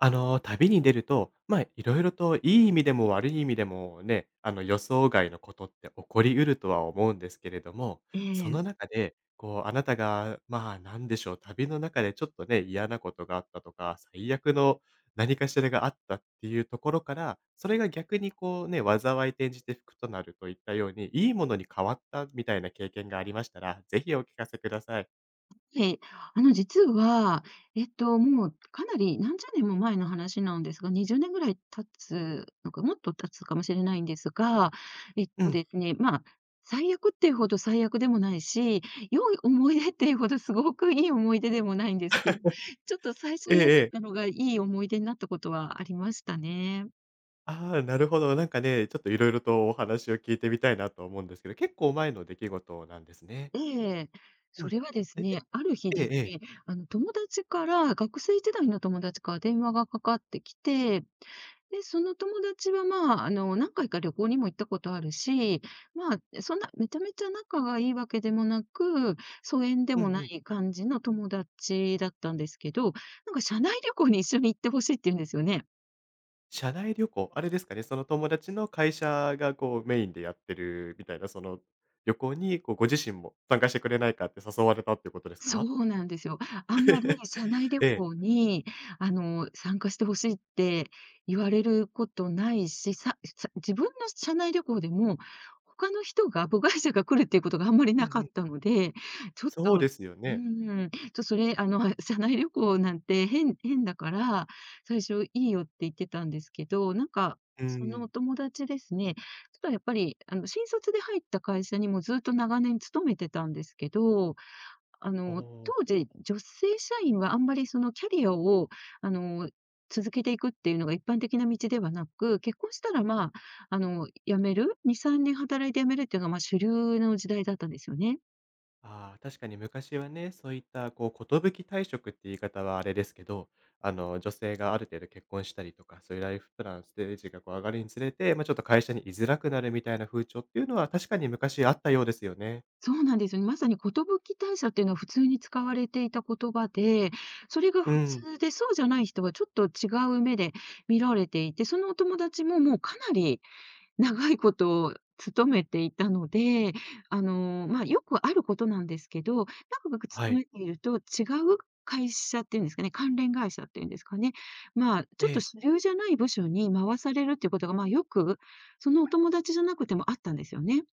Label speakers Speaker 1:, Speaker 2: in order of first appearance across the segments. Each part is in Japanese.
Speaker 1: 旅に出ると、いろいろといい意味でも悪い意味でもね、予想外のことって起こりうるとは思うんですけれども、
Speaker 2: え
Speaker 1: そ
Speaker 2: え、
Speaker 1: の中で、こう、あなたが、まあ、なんでしょう、旅の中でちょっとね、嫌なことがあったとか、最悪の何かしらがあったっていうところから、それが逆にこうね、災い転じて福となるといったように、いいものに変わったみたいな経験がありましたら、ぜひお聞かせください。
Speaker 2: はい。実は、もうかなり何十年も前の話なんですが、20年ぐらい経つのか、もっと経つかもしれないんですが、えっ
Speaker 1: う
Speaker 2: と
Speaker 1: ん。
Speaker 2: ですね、まあ、最悪っていうほど最悪でもないし、良い思い出っていうほどすごくいい思い出でもないんですけど、ちょっと最
Speaker 1: え
Speaker 2: 初
Speaker 1: え
Speaker 2: 嫌だっ
Speaker 1: ええ。
Speaker 2: たのがいい思い出になったことはありましたね。
Speaker 1: ああ、なるほど。なんかね、ちょっといろいろとお話を聞いてみたいなと思うんですけど、結構前の出来事なんですね。
Speaker 2: ええ。
Speaker 1: う
Speaker 2: そ
Speaker 1: ん。
Speaker 2: れはです
Speaker 1: え、
Speaker 2: ね、ある日
Speaker 1: ええ
Speaker 2: です
Speaker 1: ええ。
Speaker 2: ね、友達から、学生時代の友達から電話がかかってきて、で、その友達は、何回か旅行にも行ったことあるし、そんなめちゃめちゃ仲がいいわけでもなく、疎遠で
Speaker 1: うん
Speaker 2: もな
Speaker 1: うん。
Speaker 2: い感じの友達だったんですけど、なんか社内旅行に一緒に行ってほしいって言うんですよね。
Speaker 1: 社内旅行、あれですかね、その友達の会社がこうメインでやってるみたいな、その旅行にこうご自身も参加してくれないかって誘われたっていうことです
Speaker 2: そ
Speaker 1: か？
Speaker 2: うなんですよ。あんまり社内 旅
Speaker 1: ええ。
Speaker 2: 行に、参加してほしいって言われることないし、自分の社内旅行でも、他の人が母会社が来るっていうことがあんまり
Speaker 1: うん
Speaker 2: なか
Speaker 1: うん。
Speaker 2: ったので、ちょっ
Speaker 1: そ
Speaker 2: と
Speaker 1: う
Speaker 2: う
Speaker 1: ですよね。
Speaker 2: ん、ちょっとそれ、あの、社内旅行なんて変だから、最初いいよって言ってたんですけど、
Speaker 1: うー
Speaker 2: その
Speaker 1: ん。
Speaker 2: お友達ですね、ちょっとやっぱり、新卒で入った会社にもずっと長年勤めてたんですけど、
Speaker 1: お。
Speaker 2: 当時、女性社員はあんまりそのキャリアを、あの、続けていくっていうのが一般的な道ではなく、結婚したら、まあ、あの、辞める、2、3年働いて辞めるっていうのが、主流の時代だったんですよね。
Speaker 1: ああ、確かに昔はね、そういったこう寿退職って言い方はあれですけど、女性がある程度結婚したりとか、そういうライフプラン、ステージがこう上がるにつれて、まあ、ちょっと会社に居づらくなるみたいな風潮っていうのは確かに昔あったようですよね。
Speaker 2: そうなんですよね。まさに寿退社っていうのは普通に使われていた言葉で、それが
Speaker 1: う
Speaker 2: 普
Speaker 1: ん。
Speaker 2: 通で、そうじゃない人はちょっと違う目で見られていて、そのお友達ももうかなり長いこと勤めていたので、よくあることなんですけど、長く
Speaker 1: は
Speaker 2: 勤
Speaker 1: い。
Speaker 2: めていると違う会社っていうんですかね、関連会社っていうんですかね、ちょっ
Speaker 1: え
Speaker 2: と
Speaker 1: え、
Speaker 2: 主流じゃない部署に回されるっていうことが、よく、そのお友達じゃなくてもあったんですよね。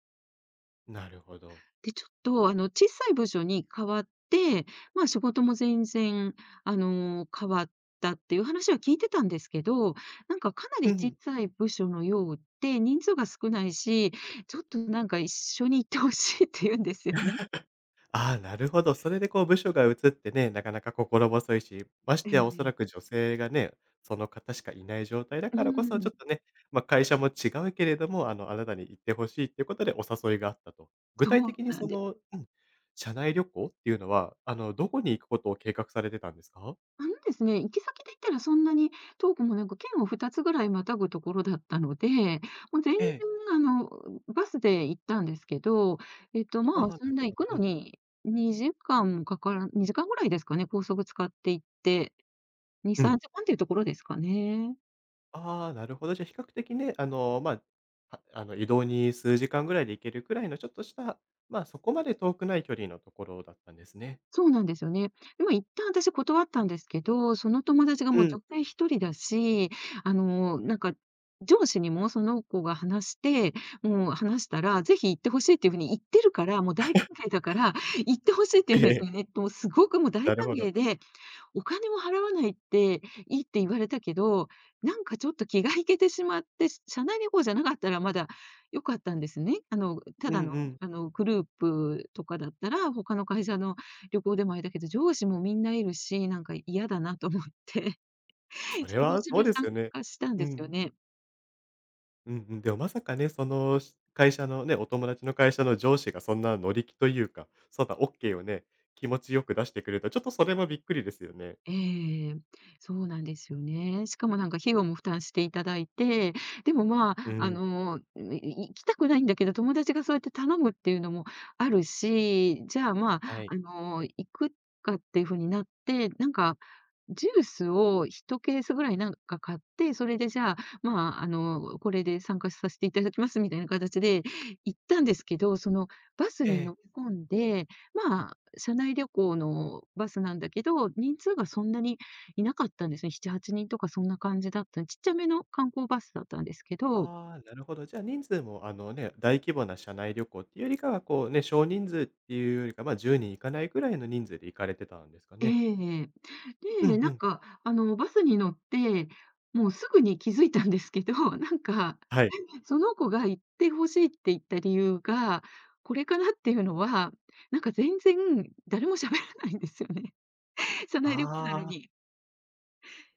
Speaker 1: なるほど。
Speaker 2: で、ちょっとあの小さい部署に変わって、仕事も全然変わったっていう話は聞いてたんですけど、なんかかな
Speaker 1: う
Speaker 2: り小
Speaker 1: ん。
Speaker 2: さい部署のようで、人数が少ないし、ちょっとなんか一緒に行ってほしいって言うんですよね。
Speaker 1: ああ、なるほど。それでこう部署が移ってね、なかなか心細いし、まし
Speaker 2: え
Speaker 1: てやおそら
Speaker 2: え。
Speaker 1: く女性がね、その方しかいない状態だ
Speaker 2: う
Speaker 1: からこそ、ちょ
Speaker 2: ん、
Speaker 1: っとね、まあ、会社も違うけれども、あなたに行ってほしいっていうことでお誘いがあったと。具
Speaker 2: そ
Speaker 1: 体
Speaker 2: う
Speaker 1: 的に
Speaker 2: な
Speaker 1: そ
Speaker 2: んで
Speaker 1: の
Speaker 2: す。
Speaker 1: うん、社内旅行っていうのは、どこに行くことを計画されてたんですか？
Speaker 2: 行き先で言ったらそんなに遠くもなく、県を2つぐらいまたぐところだったので、もう全然
Speaker 1: ええ。
Speaker 2: あの、バスで行ったんですけど、
Speaker 1: ああ、
Speaker 2: そ
Speaker 1: な
Speaker 2: ん
Speaker 1: る
Speaker 2: な
Speaker 1: ほ
Speaker 2: 行
Speaker 1: ど。
Speaker 2: く
Speaker 1: う
Speaker 2: の
Speaker 1: ん。
Speaker 2: に2時間ぐらいですかね、高速使って行って、2、
Speaker 1: うん。
Speaker 2: 3時間っていうところですかね。
Speaker 1: ああ、なるほど。じゃあ、比較的ね、あの、まあ、あの、移動に数時間ぐらいで行けるくらいのちょっとした、まあ、そこまで遠くない距離のところだったんですね。
Speaker 2: そうなんですよね。で、一旦私断ったんですけど、その友達が
Speaker 1: う
Speaker 2: もう
Speaker 1: ん。
Speaker 2: 女性一人だし、あの、なんか、上司にもその子が話して、もう話したら、ぜひ行ってほしいっていうふうに言ってるから、もう大歓迎だから、行ってほしいって
Speaker 1: え
Speaker 2: 言うんです
Speaker 1: え、
Speaker 2: よね。もうすごくもう大
Speaker 1: なる
Speaker 2: 歓
Speaker 1: ほど。
Speaker 2: 迎で、お金も払わないっていいって言われたけど、なんかちょっと気が引けてしまって、社内旅行じゃなかったらまだ良かったんですね。
Speaker 1: う
Speaker 2: た
Speaker 1: ん
Speaker 2: だの、
Speaker 1: うん。
Speaker 2: グループとかだったら、他の会社の旅行でもあれだけど、上司もみんないるし、なんか嫌だなと思って、
Speaker 1: そ れ
Speaker 2: しぶ
Speaker 1: は
Speaker 2: し
Speaker 1: そう
Speaker 2: ぶ
Speaker 1: ですよ
Speaker 2: 参
Speaker 1: ね。
Speaker 2: 加したん
Speaker 1: う
Speaker 2: ですよ
Speaker 1: ん。
Speaker 2: ね。
Speaker 1: うんうん。でもまさかね、その、会社のね、お友達の会社の上司がそんな乗り気というか、そんなオッケーをね、気持ちよく出してくれると、ちょっとそれもびっくりですよね。
Speaker 2: ええ、そうなんですよね。しかもなんか費用も負担していただいて、でもま
Speaker 1: う
Speaker 2: あ、あ
Speaker 1: ん、
Speaker 2: の、いい行きたくないんだけど、友達がそうやって頼むっていうのもあるし、じゃあ、
Speaker 1: はい。
Speaker 2: 行くかっていう風になって、ジュースを一ケースぐらい買って、それでじゃあ、これで参加させていただきますみたいな形で行ったんですけど、そのバス
Speaker 1: え
Speaker 2: に
Speaker 1: え。
Speaker 2: 乗り込んで、ま社内旅行のバスなんだけど、人数がそんなにいなかったんですね。7、8人とかそんな感じだったちっちゃめの観光バスだったんですけど、
Speaker 1: ああ、なるほど。じゃあ人数もあのね、大規模な社内旅行っていうよりかは、こうね、少人数っていうよりか、ま、10人いかないぐらいの人数で行かれてたんですか
Speaker 2: え
Speaker 1: ね？
Speaker 2: え。
Speaker 1: う
Speaker 2: で、
Speaker 1: んうん。
Speaker 2: バスに乗って、もうすぐに気づいたんですけど、
Speaker 1: はい。
Speaker 2: その子が行ってほしいって言った理由が、これかなっていうのは、全然誰も喋らないんですよね。社内旅行なの
Speaker 1: ああ。
Speaker 2: に。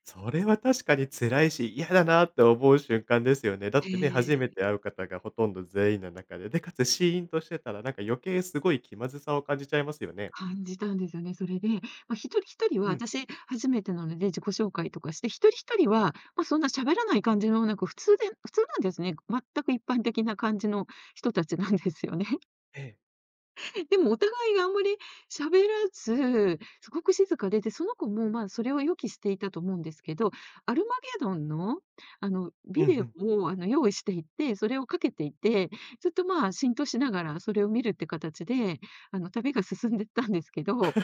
Speaker 1: それは確かに辛いし、嫌だなって思う瞬間ですよね。だってね、初
Speaker 2: え
Speaker 1: め
Speaker 2: え。
Speaker 1: て会う方がほとんど全員の中で、で、かつシーンとしてたら、なんか余計すごい気まずさを感じちゃいますよね。
Speaker 2: 感じたんですよね。それで、一人一人は
Speaker 1: うん。
Speaker 2: 私初めてなので自己紹介とかして、一人一人は、そんな喋らない感じの普通で普通なんですね。全く一般的な感じの人たちなんですよね。
Speaker 1: ええ。
Speaker 2: でもお互いがあんまり喋らず、すごく静かで、で、その子も、それを予期していたと思うんですけど、アルマゲドンの、
Speaker 1: うん
Speaker 2: ビ
Speaker 1: う
Speaker 2: デ
Speaker 1: ん。
Speaker 2: オを、用意していて、それをかけていて、ずっと、浸透しながらそれを見るって形で、旅が進んでったんですけど、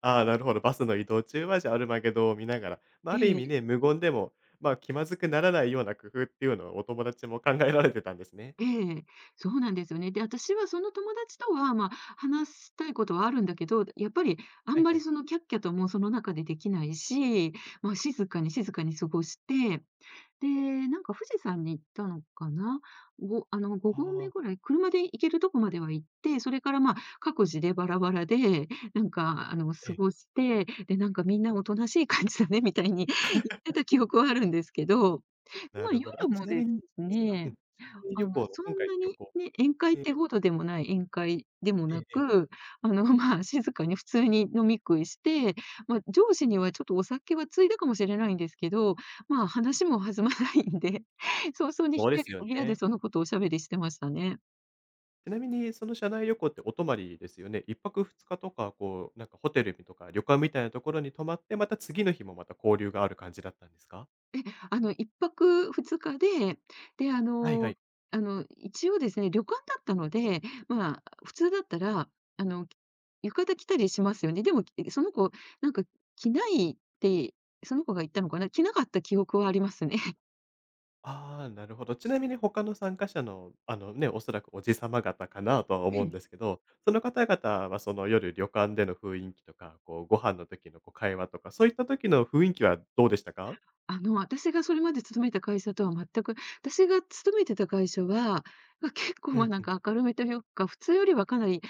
Speaker 1: ああ、なるほど。バスの移動中は、じゃあ、アルマゲドンを見ながら、まあ、ある意
Speaker 2: え
Speaker 1: 味
Speaker 2: え、
Speaker 1: ね、無言でも、まあ、気まずくならないような工夫っていうのをお友達も考えられてたんですね。
Speaker 2: ええ、そうなんですよね。で、私はその友達とは、話したいことはあるんだけど、やっぱりあ
Speaker 1: は
Speaker 2: ん
Speaker 1: い
Speaker 2: ま
Speaker 1: は
Speaker 2: り
Speaker 1: い。
Speaker 2: そのキャッキャともその中でできないし、静かに静かに過ごして、で、なんか富士山に行ったのかな、ごあの、5
Speaker 1: あ
Speaker 2: 合目
Speaker 1: あ、
Speaker 2: ぐらい、車で行けるとこまでは行って、それから各自でバラバラで、
Speaker 1: え
Speaker 2: 過
Speaker 1: え、
Speaker 2: ごして、で、なんかみんなおとなしい感じだねみたいに 言ってた記憶はあるんですけど、
Speaker 1: なるほど。あ、
Speaker 2: 夜
Speaker 1: ち
Speaker 2: も
Speaker 1: な
Speaker 2: で
Speaker 1: みに
Speaker 2: す
Speaker 1: ですか、うん、
Speaker 2: ね、
Speaker 1: 社内旅行の
Speaker 2: そ
Speaker 1: 今回
Speaker 2: ん
Speaker 1: の
Speaker 2: な
Speaker 1: 旅
Speaker 2: に
Speaker 1: 行
Speaker 2: ね、宴会っ
Speaker 1: ええ、
Speaker 2: てほどでもない宴会でも
Speaker 1: え
Speaker 2: な
Speaker 1: えええ。
Speaker 2: く、あの、静かに普通に飲み食いして、上司にはちょっとお酒はついだかもしれないんですけど、話も弾まないんで、早々に引
Speaker 1: そ
Speaker 2: き
Speaker 1: うで
Speaker 2: 上
Speaker 1: す
Speaker 2: げ
Speaker 1: よ
Speaker 2: て部屋で
Speaker 1: ね。
Speaker 2: そのことをおしゃべりしてましたね。
Speaker 1: ちなみに、その社内旅行ってお泊まりですよね。1泊2日とか、こう、なんかホテルとか旅館みたいなところに泊まって、また次の日もまた交流がある感じだったんですか？
Speaker 2: 1泊二日で、で、
Speaker 1: はいはい。
Speaker 2: 一応ですね、旅館だったので、普通だったら、あの、浴衣着たりしますよね。でも、その子、なんか着ないって、その子が言ったのかな、着なかった記憶はありますね。
Speaker 1: ああ、なるほど。ちなみに他の参加者の、ね、おそらくおじさま方かなとは思うんです けど、その方々はその夜旅館での雰囲気とか、こうご飯の時のこう会話とか、そういった時の雰囲気はどうでしたか？
Speaker 2: 私がそれまで勤めた会社とは全く、私が勤めてた会社は、結構、
Speaker 1: うんうん。
Speaker 2: 明るめというか、普通よりはかなり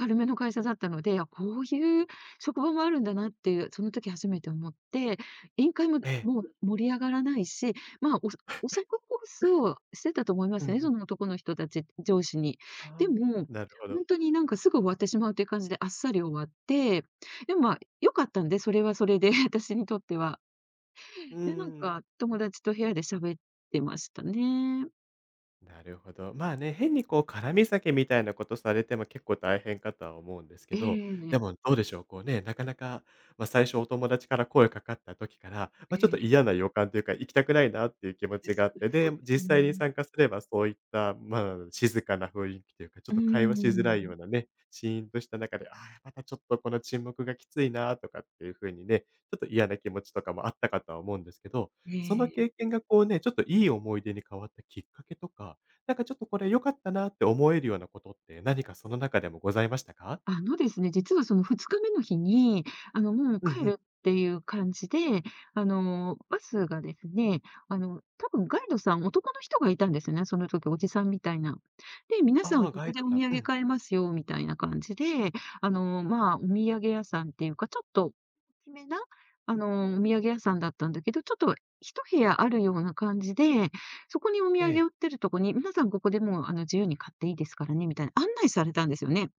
Speaker 2: 明るめの会社だったので、あ、こういう職場もあるんだなっていう、その時初めて思って、委員会も
Speaker 1: ええ。
Speaker 2: もう盛り上がらないし、まあ、おお酌コースをしてたと思いま
Speaker 1: うんう
Speaker 2: すね、
Speaker 1: ん。
Speaker 2: その男の人たち、上司に。
Speaker 1: ああ、
Speaker 2: でも、
Speaker 1: なるほど。
Speaker 2: 本当になんかすぐ終わってしまうという感じであっさり終わって、でも、良かったんで、それはそれで 私にとっては。
Speaker 1: うん
Speaker 2: で、
Speaker 1: うん。
Speaker 2: 友達と部屋で喋ってましたね。
Speaker 1: なるほど。まあね、変にこう絡み酒みたいなことされても結構大変かとは思うんですけ
Speaker 2: え
Speaker 1: ど、で
Speaker 2: え、
Speaker 1: もどうでしょう、こうね、なかなか、ま、最初お友達から声かかった時から、
Speaker 2: え
Speaker 1: ま、ちょっと
Speaker 2: え、
Speaker 1: 嫌な予感というか、行きたくないなっていう気持ち
Speaker 2: そ
Speaker 1: があって、
Speaker 2: そ
Speaker 1: で、
Speaker 2: うです
Speaker 1: 実際
Speaker 2: ね。
Speaker 1: に参加すればそういった、まあ、静かな雰囲気というか、ちょっ
Speaker 2: うー
Speaker 1: と会話しづらいよ
Speaker 2: ん、
Speaker 1: うなね、シーンとした中で、ああ、またちょっとこの沈黙がきついなとかっていう風にね、ちょっと嫌な気持ちとかもあったかとは思うんですけど、その
Speaker 2: え
Speaker 1: 経
Speaker 2: え。
Speaker 1: 験がこうね、ちょっといい思い出に変わったきっかけとか、なんかちょっとこれ良かったなって思えるようなことって何かその中でもございましたか？
Speaker 2: あのですね、実はその2日目の日に、もう
Speaker 1: うん
Speaker 2: 帰
Speaker 1: うん。
Speaker 2: るっていう感じで、バスがですね、多分ガイドさん、男の人がいたんですよね、その時、おじさんみたいな。で、皆さ
Speaker 1: あ
Speaker 2: ん、
Speaker 1: あ、
Speaker 2: こ
Speaker 1: ガイ
Speaker 2: こ
Speaker 1: ド
Speaker 2: でお
Speaker 1: さん。
Speaker 2: 土
Speaker 1: う
Speaker 2: 産
Speaker 1: ん。
Speaker 2: 買えますよ、みたいな感じで、まあ、お土産屋さんっていうか、ちょっと大きめな、お土産屋さんだったんだけど、ちょっと一部屋あるような感じで、そこにお土
Speaker 1: ええ。
Speaker 2: 産売ってるとこに、皆さんここでもう、自由に買っていいですからね、みたいな案内されたんですよね。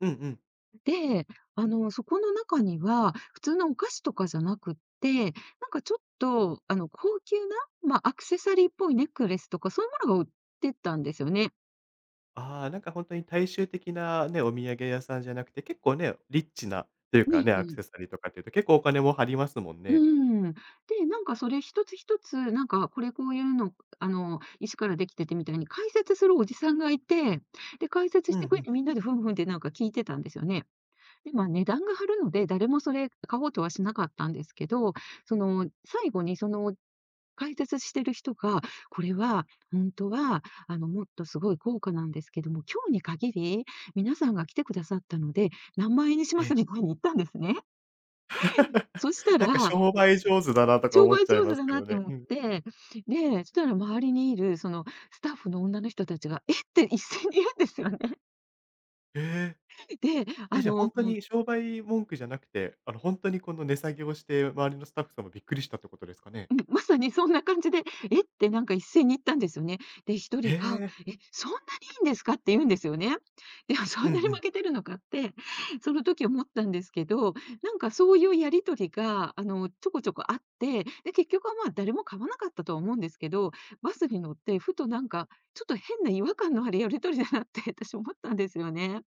Speaker 1: うんうん。
Speaker 2: で、あの、そこの中には、普通のお菓子とかじゃなくって、ちょっと、高級な、まあ、アクセサリーっぽいネックレスとか、そういうものが売ってたんですよね。
Speaker 1: ああ、なんか本当に大衆的なね、お土産屋さんじゃなくて、結構ね、リッチなというか
Speaker 2: ね
Speaker 1: ね、アク
Speaker 2: え、
Speaker 1: セサリーとかっていうと結構お金も張りますもん
Speaker 2: う
Speaker 1: ね。
Speaker 2: ん。で、なんかそれ一つ一つ、なんか、これこういうの、石からできててみたいに解説するおじさんがいて、で、解説
Speaker 1: う
Speaker 2: し
Speaker 1: んう
Speaker 2: てくれ
Speaker 1: ん。
Speaker 2: てみんなでふんふんってなんか聞いてたんですよね。で、まあ、値段が張るので、誰もそれ買おうとはしなかったんですけど、その、最後にその解説してる人が、これは本当は、もっとすごい高価なんですけども、今日に限り、皆さんが来てくださったので、何万円にし
Speaker 1: え
Speaker 2: ま
Speaker 1: え。
Speaker 2: すみたいに言ったんですね。そし た
Speaker 1: なんか
Speaker 2: ら、
Speaker 1: 商売上手だなとか
Speaker 2: 商
Speaker 1: 思っ
Speaker 2: 売
Speaker 1: ちゃい
Speaker 2: 上
Speaker 1: ま
Speaker 2: 手
Speaker 1: す
Speaker 2: だ
Speaker 1: け
Speaker 2: なっ
Speaker 1: ど
Speaker 2: て
Speaker 1: ね。
Speaker 2: 思っ
Speaker 1: うん。
Speaker 2: て、で、そしたら周りにいるそのスタッフの女の人たちが、えって一斉に言うんですよね。
Speaker 1: へえ。
Speaker 2: で、
Speaker 1: え、
Speaker 2: あ
Speaker 1: じゃあ、
Speaker 2: の
Speaker 1: 本当に商売文句じゃなくて、本当にこの値下げをして、周りのスタッフさんもびっくりしたってことですかね？
Speaker 2: うん、まさにそんな感じで、えってなんか一斉に言ったんですよね。で、一
Speaker 1: へ
Speaker 2: 人が、
Speaker 1: え。
Speaker 2: え、そんなにいいんですかって言うんですよね。でも そ
Speaker 1: う
Speaker 2: ん
Speaker 1: ん
Speaker 2: なに
Speaker 1: う
Speaker 2: 負
Speaker 1: ん。
Speaker 2: けてるのかって、その時思ったんですけど、なんかそういうやり取りが、ちょこちょこあって、で、結局はまあ誰も買わなかったとは思うんですけど、バスに乗ってふとなんか、ちょっと変な違和感のあるやり取りだなって私思ったんですよね。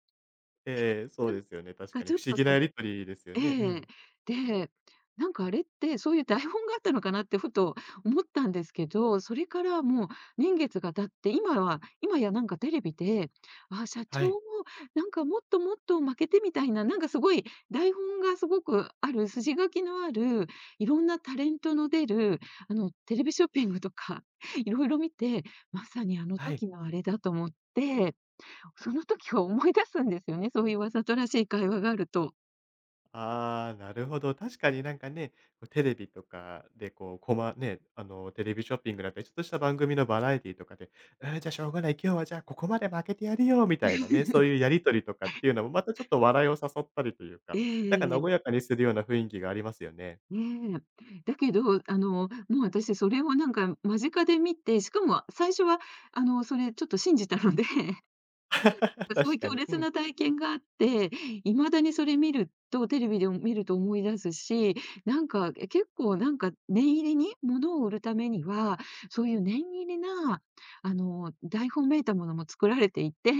Speaker 1: ええ、そう
Speaker 2: なん
Speaker 1: ですよね、確
Speaker 2: か
Speaker 1: かに
Speaker 2: ちょっ
Speaker 1: 不思
Speaker 2: と
Speaker 1: 議な
Speaker 2: その
Speaker 1: やり取りですよね。う
Speaker 2: ええ。
Speaker 1: ん。
Speaker 2: で、なんかあれって、そういう台本があったのかなってふと思ったんですけど、それからもう年月が経って、今は今やなんかテレビで、あ社
Speaker 1: は
Speaker 2: 長
Speaker 1: い。
Speaker 2: もなんかもっともっと負けてみたいな、なんかすごい台本がすごくある、筋書きのある、いろんなタレントの出る、テレビショッピングとか、いろいろ見て、まさにあの
Speaker 1: はい。
Speaker 2: 時のあれだと思って、その時を思い出すんですよね、そういうわざとらしい会話があると。
Speaker 1: ああ、なるほど。確かになんかね、こうテレビとかでこう、ね、テレビショッピングだったり、ちょっとした番組のバラエティとかで、「うん、じゃ、あしょうがない、今日はじゃあここまで負けてやるよ」みたいなね、そういうやり取りとかっていうのも、またちょっと笑いを誘ったりというか、なんか
Speaker 2: え
Speaker 1: 和
Speaker 2: え、
Speaker 1: やかにするような雰囲気がありますよね。
Speaker 2: ねえ。だけど、あの、もう私それをなんか間近で見て、しかも最初はそれちょっと信じたので、 そう
Speaker 1: 確
Speaker 2: いう
Speaker 1: か
Speaker 2: 強
Speaker 1: に。う
Speaker 2: 烈
Speaker 1: ん。
Speaker 2: な体験があって、いまだにそれ見ると、テレビでも見ると思い出すし、なんか、え、結構なんか念入りに物を売るためには、そういう念入りな、台本めいたものも作られていて、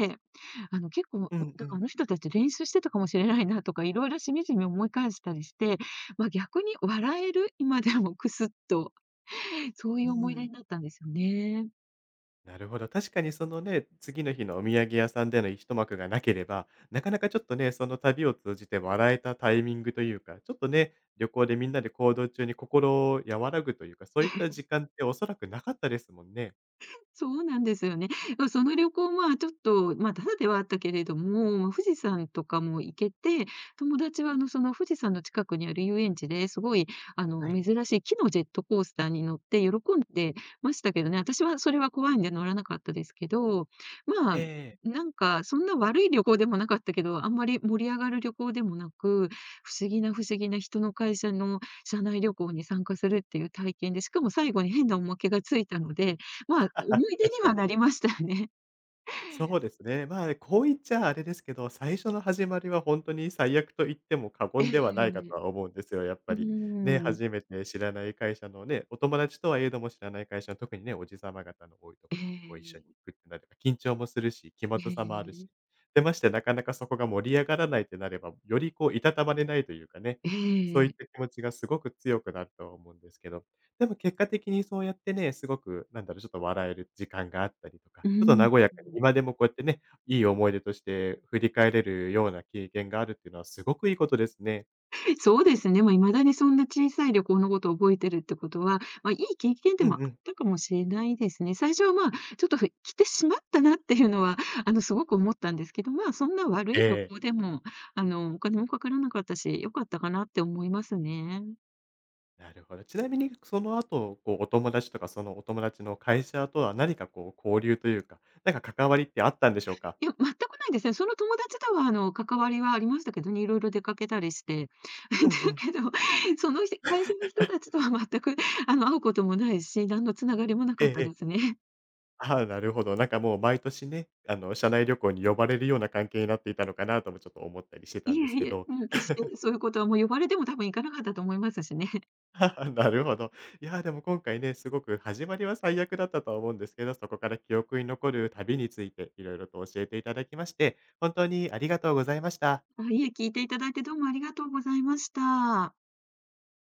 Speaker 2: 結構、
Speaker 1: うんう
Speaker 2: だからあ
Speaker 1: ん。
Speaker 2: の人たち練習してたかもしれないなとか、いろいろしみじみ思い返したりして、ま、逆に笑える、今でもクスッと、そうい
Speaker 1: う
Speaker 2: う思い出に
Speaker 1: ん。
Speaker 2: なったんですよね。
Speaker 1: なるほど。確かにそのね、次の日のお土産屋さんでの一幕がなければ、なかなかちょっとね、その旅を通じて笑えたタイミングというか、ちょっとね、旅行でみんなで行動中に心を和らぐというか、そういった時間っておそらくなかったですもんね。
Speaker 2: そうなんですよね。ま、その旅行はちょっと、まあ、タダではあったけれども、まあ富士山とかも行けて、友達はその富士山の近くにある遊園地ですごい
Speaker 1: はい。
Speaker 2: 珍しい木のジェットコースターに乗って喜んでましたけどね、私はそれは怖いんで乗らなかったですけど、ま
Speaker 1: え
Speaker 2: あ、
Speaker 1: え、
Speaker 2: なんかそんな悪い旅行でもなかったけど、あんまり盛り上がる旅行でもなく、不思議な不思議な人の会社の社内旅行に参加するっていう体験で、しかも最後に変なおまけがついたので、まあ、思い出
Speaker 1: 確
Speaker 2: に
Speaker 1: か
Speaker 2: は
Speaker 1: に。
Speaker 2: なりましたよね。
Speaker 1: そうですね。まあ、こう言っちゃあれですけど、最初の始まりは本当に最悪と言っても過
Speaker 2: え
Speaker 1: 言
Speaker 2: え。
Speaker 1: ではないかと は思うんですよ、やっ
Speaker 2: う
Speaker 1: ぱり。ね、
Speaker 2: ーん。
Speaker 1: 初めて知らない会社のね、お友達とはいえども知らない会社の特にね、おじさま方の多いと
Speaker 2: え
Speaker 1: ころにこう一緒に行
Speaker 2: え、
Speaker 1: くってなれば、緊張もするし、気まず
Speaker 2: え
Speaker 1: さもあるし。
Speaker 2: え、
Speaker 1: で、まして、なかなかそこが盛り上がらないってなれば、よりこういたたまれないというかね、
Speaker 2: え
Speaker 1: そういった
Speaker 2: え。
Speaker 1: 気持ちがすごく強くなるとは思うんですけど。でも結果的にそうやってね、すごく、なんだろう、ちょっと笑える時間があったりとか、
Speaker 2: う
Speaker 1: ちょっと
Speaker 2: ん。
Speaker 1: 和やかに、今でもこうやってね、いい思い出として振り返れるような経験があるっていうのはすごくいいことですね。
Speaker 2: そうですね、ま、未だにそんな小さい旅行のことを覚えてるってことは、ま、いい経験で
Speaker 1: うん
Speaker 2: もあっ
Speaker 1: うん。
Speaker 2: たかもしれないですね。最初は、まあ、ちょっとふ来てしまったなっていうのは、すごく思ったんですけど、まあ、そんな悪
Speaker 1: え
Speaker 2: い旅
Speaker 1: え、
Speaker 2: 行でも、お金もかからなかったし、良かったかなって思いますね。
Speaker 1: なるほど。ちなみにその後、こうお友達とか、そのお友達の会社とは何かこう交流というか、なんか関わりってあったんでしょうか？
Speaker 2: いや、全くないですね。その友達とは関わりはありましたけどね、いろいろ出かけたりして。だ
Speaker 1: うんうん。
Speaker 2: けど、その人会社の人たちとは全く会うこともないし、何のつながりもな
Speaker 1: え
Speaker 2: か
Speaker 1: え
Speaker 2: った
Speaker 1: え
Speaker 2: で
Speaker 1: え。
Speaker 2: すね。
Speaker 1: ああ、なるほど。なんかもう毎年ね、社内旅行に呼ばれるような関係になっていたのかなともちょっと思ったりしてた
Speaker 2: い
Speaker 1: んで
Speaker 2: え
Speaker 1: すけ
Speaker 2: いえ、
Speaker 1: ど。
Speaker 2: もう決してそういうことはもう呼ばれても多分行かなかったと思いますしね。
Speaker 1: なるほど。いやー、でも今回ね、すごく始まりは最悪だったとは思うんですけど、そこから記憶に残る旅についていろいろと教えていただきまして、本当にありがとうございました。
Speaker 2: あ、いえ、聞いていただいてどうもありがとうございました。